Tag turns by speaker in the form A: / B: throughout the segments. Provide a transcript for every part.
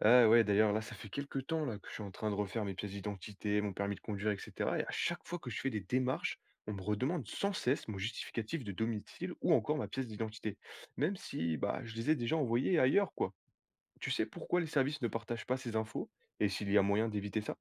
A: Ah ouais, d'ailleurs, là, ça fait quelques temps là, que je suis en train de refaire mes pièces d'identité, mon permis de conduire, etc. Et à chaque fois que je fais des démarches, on me redemande sans cesse mon justificatif de domicile ou encore ma pièce d'identité, même si bah, je les ai déjà envoyées ailleurs, quoi. Tu sais pourquoi les services ne partagent pas ces infos et s'il y a moyen d'éviter ça.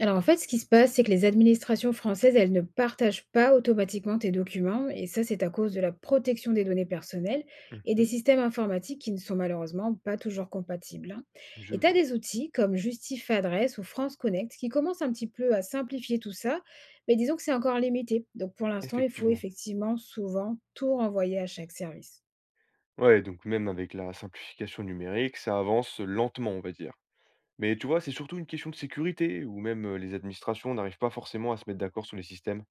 B: Alors en fait, ce qui se passe, c'est que les administrations françaises, elles ne partagent pas automatiquement tes documents, et ça, c'est à cause de la protection des données personnelles et des
A: Mhm.
B: systèmes informatiques qui ne sont malheureusement pas toujours compatibles, hein.
A: Je
B: Et tu as
A: vois,
B: des outils comme Justif Adresse ou France Connect qui commencent un petit peu à simplifier tout ça, mais disons que c'est encore limité. Donc pour l'instant, il faut
A: effectivement.
B: effectivement souvent tout renvoyer à chaque service.
A: Ouais, donc même avec la simplification numérique, ça avance lentement, on va dire. Mais tu vois, c'est surtout une question de sécurité, où même les administrations n'arrivent pas forcément à se mettre d'accord sur les systèmes.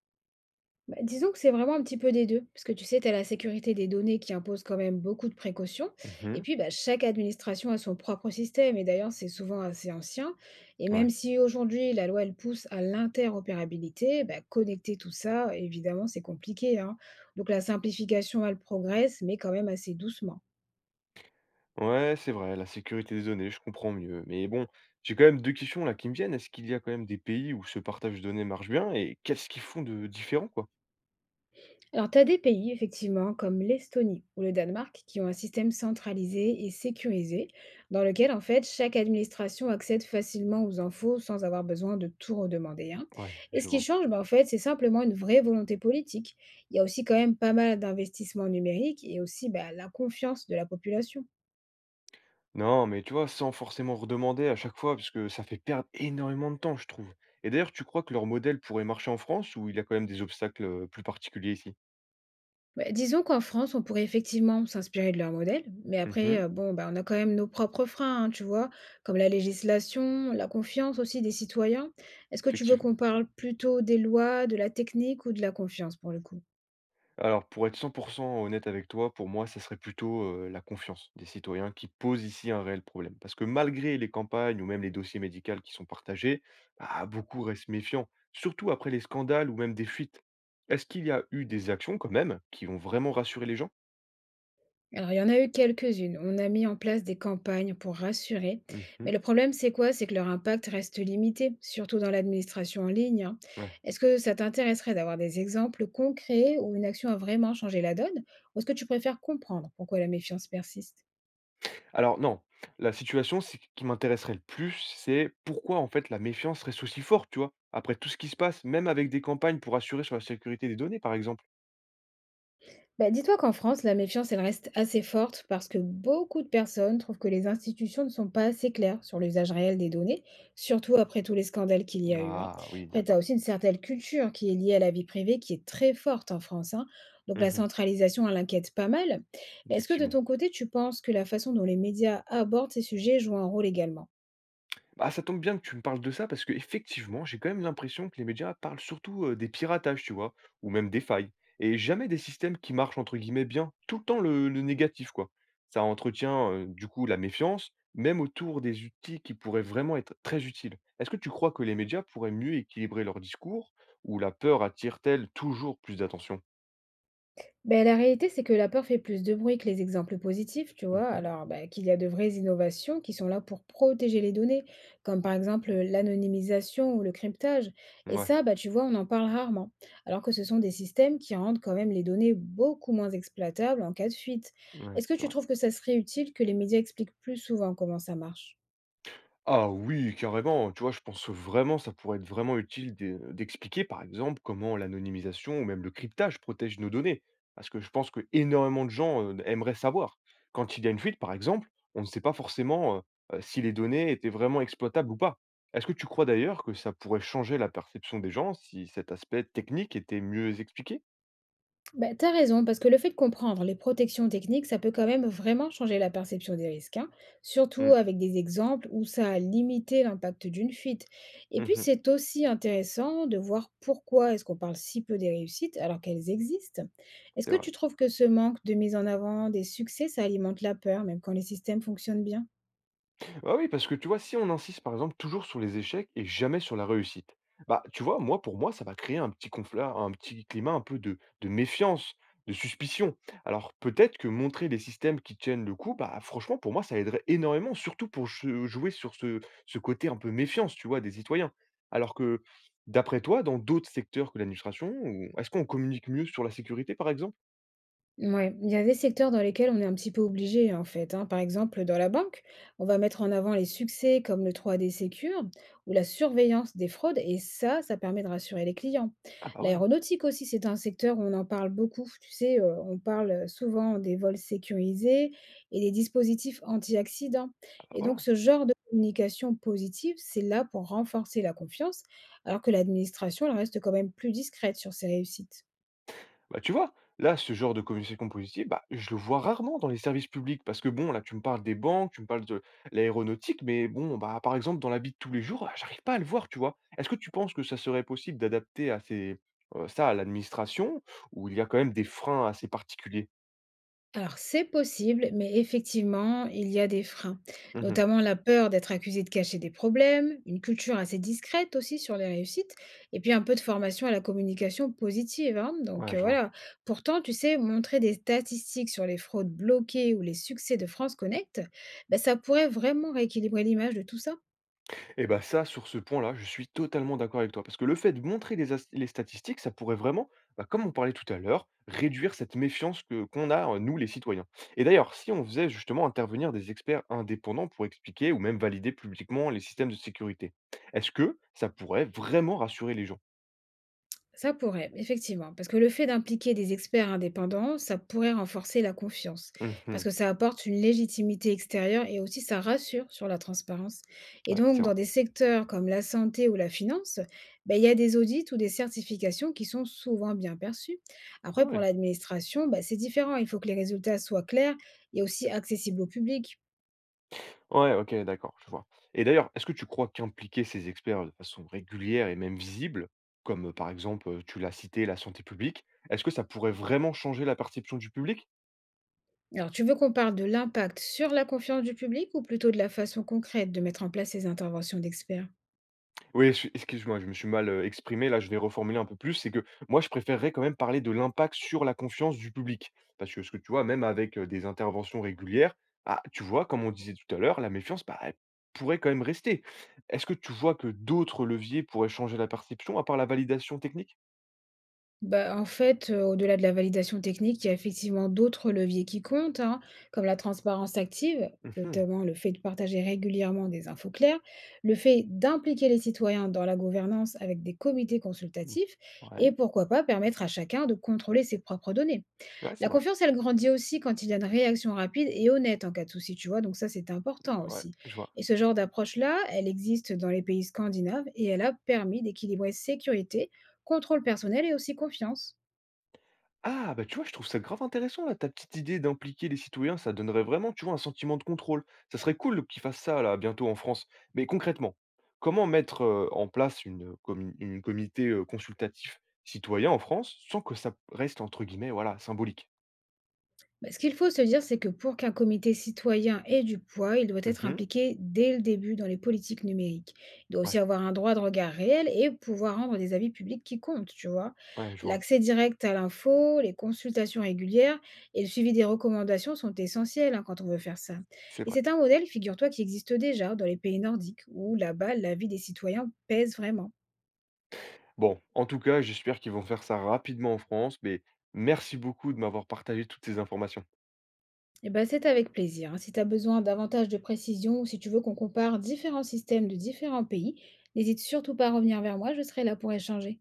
B: Bah, disons que c'est vraiment un petit peu des deux, parce que tu sais, tu as la sécurité des données qui impose quand même beaucoup de précautions, et
A: Mhm.
B: puis bah, chaque administration a son propre système, et d'ailleurs c'est souvent assez ancien, et même
A: Ouais.
B: si aujourd'hui la loi elle pousse à l'interopérabilité, bah, connecter tout ça, évidemment c'est compliqué, hein. Donc la simplification elle progresse, mais quand même assez doucement.
A: Ouais, c'est vrai, la sécurité des données, je comprends mieux. Mais bon, j'ai quand même 2 questions là qui me viennent. Est-ce qu'il y a quand même des pays où ce partage de données marche bien et qu'est-ce qu'ils font de différent, quoi?
B: Alors, tu as des pays, effectivement, comme l'Estonie ou le Danemark, qui ont un système centralisé et sécurisé, dans lequel, en fait, chaque administration accède facilement aux infos sans avoir besoin de tout redemander, hein.
A: Ouais,
B: Et ce
A: je
B: qui
A: vois.
B: change, ben, en fait, c'est simplement une vraie volonté politique. Il y a aussi quand même pas mal d'investissements numériques et aussi ben, la confiance de la population.
A: Non, mais tu vois, sans forcément redemander à chaque fois, parce que ça fait perdre énormément de temps, je trouve. Et d'ailleurs, tu crois que leur modèle pourrait marcher en France ou il y a quand même des obstacles plus particuliers ici?
B: Bah, disons qu'en France, on pourrait effectivement s'inspirer de leur modèle, mais après,
A: Mhm,
B: bon, bah, on a quand même nos propres freins, hein, tu vois, comme la législation, la confiance aussi des citoyens. Est-ce que tu veux qu'on
A: effectivement.
B: parle plutôt des lois, de la technique ou de la confiance pour le coup?
A: Alors, pour être 100% honnête avec toi, pour moi, ça serait plutôt, la confiance des citoyens qui pose ici un réel problème. Parce que malgré les campagnes ou même les dossiers médicaux qui sont partagés, bah, beaucoup restent méfiants, surtout après les scandales ou même des fuites. Est-ce qu'il y a eu des actions quand même qui ont vraiment rassuré les gens?
B: Alors, il y en a eu quelques-unes. On a mis en place des campagnes pour rassurer. Mais le
A: Mmh.
B: problème, c'est quoi? C'est que leur impact reste limité, surtout dans l'administration en ligne, hein.
A: Ouais.
B: Est-ce que ça t'intéresserait d'avoir des exemples concrets où une action a vraiment changé la donne? Ou est-ce que tu préfères comprendre pourquoi la méfiance persiste?
A: Alors non, la situation c'est qui m'intéresserait le plus, c'est pourquoi en fait la méfiance reste aussi forte, tu vois? Après tout ce qui se passe, même avec des campagnes pour assurer sur la sécurité des données, par exemple.
B: Bah, dis-toi qu'en France, la méfiance, elle reste assez forte parce que beaucoup de personnes trouvent que les institutions ne sont pas assez claires sur l'usage réel des données, surtout après tous les scandales qu'il y a eu, hein.
A: Ah oui,
B: Après, tu as
A: d'accord.
B: aussi une certaine culture qui est liée à la vie privée qui est très forte en France, hein. Donc la
A: Mmh.
B: centralisation, elle inquiète pas mal. Mais est-ce que de
A: Effectivement.
B: ton côté, tu penses que la façon dont les médias abordent ces sujets joue un rôle également?
A: Bah, ça tombe bien que tu me parles de ça parce que effectivement, j'ai quand même l'impression que les médias parlent surtout des piratages, tu vois, ou même des failles, et jamais des systèmes qui marchent entre guillemets bien, tout le temps le négatif, quoi. Ça entretient du coup la méfiance, même autour des outils qui pourraient vraiment être très utiles. Est-ce que tu crois que les médias pourraient mieux équilibrer leur discours, ou la peur attire-t-elle toujours plus d'attention?
B: Ben la réalité, c'est que la peur fait plus de bruit que les exemples positifs, tu vois.
A: Mhm.
B: Alors, bah, qu'il y a de vraies innovations qui sont là pour protéger les données, comme par exemple l'anonymisation ou le cryptage. Et
A: Ouais,
B: ça, bah, tu vois, on en parle rarement. Alors que ce sont des systèmes qui rendent quand même les données beaucoup moins exploitables en cas de fuite.
A: ouais,
B: Est-ce que
A: c'est
B: tu
A: vrai.
B: trouves que ça serait utile que les médias expliquent plus souvent comment ça marche?
A: Ah oui, carrément, tu vois? Je pense vraiment, ça pourrait être vraiment utile d'expliquer, par exemple, comment l'anonymisation ou même le cryptage protège nos données. Parce que je pense que énormément de gens, aimeraient savoir. Quand il y a une fuite, par exemple, on ne sait pas forcément, si les données étaient vraiment exploitables ou pas. Est-ce que tu crois d'ailleurs que ça pourrait changer la perception des gens si cet aspect technique était mieux expliqué?
B: Bah, tu raison, parce que le fait de comprendre les protections techniques, ça peut quand même vraiment changer la perception des risques, hein, surtout
A: Mmh.
B: avec des exemples où ça a limité l'impact d'une fuite. Et puis,
A: Mmh.
B: c'est aussi intéressant de voir pourquoi est-ce qu'on parle si peu des réussites alors qu'elles existent. Est-ce
A: C'est
B: que
A: vrai.
B: tu trouves que ce manque de mise en avant des succès, ça alimente la peur, même quand les systèmes fonctionnent bien?
A: Bah, oui, parce que tu vois, si on insiste par exemple toujours sur les échecs et jamais sur la réussite, bah tu vois, moi pour moi, ça va créer un petit conflit, un petit climat un peu de méfiance, de suspicion. Alors peut-être que montrer des systèmes qui tiennent le coup, bah franchement pour moi ça aiderait énormément, surtout pour jouer sur ce côté un peu méfiance, tu vois, des citoyens. Alors que d'après toi, dans d'autres secteurs que l'administration, est-ce qu'on communique mieux sur la sécurité par exemple?
B: Ouais, il y a des secteurs dans lesquels on est un petit peu obligé en fait, hein. Par exemple, dans la banque, on va mettre en avant les succès comme le 3D Secure ou la surveillance des fraudes et ça permet de rassurer les clients.
A: Ah bah voilà,
B: L'aéronautique aussi, c'est un secteur où on en parle beaucoup. Tu sais, on parle souvent des vols sécurisés et des dispositifs anti-accidents.
A: ah bah
B: Et donc,
A: voilà.
B: ce genre de communication positive, c'est là pour renforcer la confiance alors que l'administration, elle reste quand même plus discrète sur ses réussites.
A: Bah, tu vois, là, ce genre de communication positive, bah, je le vois rarement dans les services publics parce que bon, là, tu me parles des banques, tu me parles de l'aéronautique, mais bon, bah, par exemple, dans la vie de tous les jours, ah, j'arrive pas à le voir, tu vois. Est-ce que tu penses que ça serait possible d'adapter à ces, ça à l'administration où il y a quand même des freins assez particuliers?
B: Alors c'est possible, mais effectivement, il y a des freins,
A: Mhm.
B: notamment la peur d'être accusé de cacher des problèmes, une culture assez discrète aussi sur les réussites, et puis un peu de formation à la communication positive, hein. Donc
A: Ouais, je vois.
B: voilà, pourtant, tu sais, montrer des statistiques sur les fraudes bloquées ou les succès de France Connect, ben, ça pourrait vraiment rééquilibrer l'image de tout ça.
A: Et bah, ça, sur ce point-là, je suis totalement d'accord avec toi. Parce que le fait de montrer les statistiques, ça pourrait vraiment, bah, comme on parlait tout à l'heure, réduire cette méfiance que qu'on a, nous, les citoyens. Et d'ailleurs, si on faisait justement intervenir des experts indépendants pour expliquer ou même valider publiquement les systèmes de sécurité, est-ce que ça pourrait vraiment rassurer les gens?
B: Ça pourrait, effectivement, parce que le fait d'impliquer des experts indépendants, ça pourrait renforcer la confiance, parce
A: Mhm.
B: que ça apporte une légitimité extérieure et aussi ça rassure sur la transparence. Et
A: Ouais,
B: donc,
A: c'est
B: dans
A: vrai.
B: des secteurs comme la santé ou la finance, ben, il y a des audits ou des certifications qui sont souvent bien perçues. Après, pour
A: Ouais.
B: l'administration, ben, c'est différent, il faut que les résultats soient clairs et aussi accessibles au public.
A: Ouais, OK, d'accord, je vois. Et d'ailleurs, est-ce que tu crois qu'impliquer ces experts de façon régulière et même visible, comme, par exemple, tu l'as cité, la santé publique, est-ce que ça pourrait vraiment changer la perception du public?
B: Alors, tu veux qu'on parle de l'impact sur la confiance du public ou plutôt de la façon concrète de mettre en place ces interventions d'experts?
A: Oui, excuse-moi, je me suis mal, exprimé, là, je vais reformuler un peu plus. C'est que moi, je préférerais quand même parler de l'impact sur la confiance du public. Parce que ce que tu vois, même avec, des interventions régulières, ah, tu vois, comme on disait tout à l'heure, la méfiance, bah, elle pourrait quand même rester. Est-ce que tu vois que d'autres leviers pourraient changer la perception à part la validation technique?
B: Bah, en fait, au-delà de la validation technique, il y a effectivement d'autres leviers qui comptent, hein, comme la transparence active,
A: Mmh.
B: notamment le fait de partager régulièrement des infos claires, le fait d'impliquer les citoyens dans la gouvernance avec des comités
A: Mmh.
B: consultatifs et
A: Ouais,
B: pourquoi pas permettre à chacun de contrôler ses propres données.
A: ouais, c'est
B: La
A: vrai.
B: confiance, elle grandit aussi quand il y a une réaction rapide et honnête en cas de souci, tu vois, donc ça c'est important
A: Ouais,
B: aussi.
A: je vois.
B: Et ce genre d'approche-là, elle existe dans les pays scandinaves et elle a permis d'équilibrer sécurité, contrôle personnel et aussi confiance.
A: Ah, bah, tu vois, je trouve ça grave intéressant là, ta petite idée d'impliquer les citoyens, ça donnerait vraiment, tu vois, un sentiment de contrôle. Ça serait cool qu'ils fassent ça là bientôt en France. Mais concrètement, comment mettre, en place une commu une comité, consultatif citoyen en France sans que ça reste entre guillemets, voilà, «symbolique»?
B: Bah, ce qu'il faut se dire, c'est que pour qu'un comité citoyen ait du poids, il doit être
A: Mmh.
B: impliqué dès le début dans les politiques numériques. Il doit aussi
A: Ouais,
B: avoir un droit de regard réel et pouvoir rendre des avis publics qui comptent, tu vois.
A: ouais, je vois,
B: L'accès direct à l'info, les consultations régulières et le suivi des recommandations sont essentiels hein, quand on veut faire ça.
A: c'est
B: Et
A: vrai.
B: c'est un modèle, figure-toi, qui existe déjà dans les pays nordiques, où là-bas, l'avis des citoyens pèse vraiment.
A: Bon, en tout cas, j'espère qu'ils vont faire ça rapidement en France, mais merci beaucoup de m'avoir partagé toutes ces informations.
B: Eh ben, c'est avec plaisir, hein. Si tu as besoin davantage de précision ou si tu veux qu'on compare différents systèmes de différents pays, n'hésite surtout pas à revenir vers moi, je serai là pour échanger.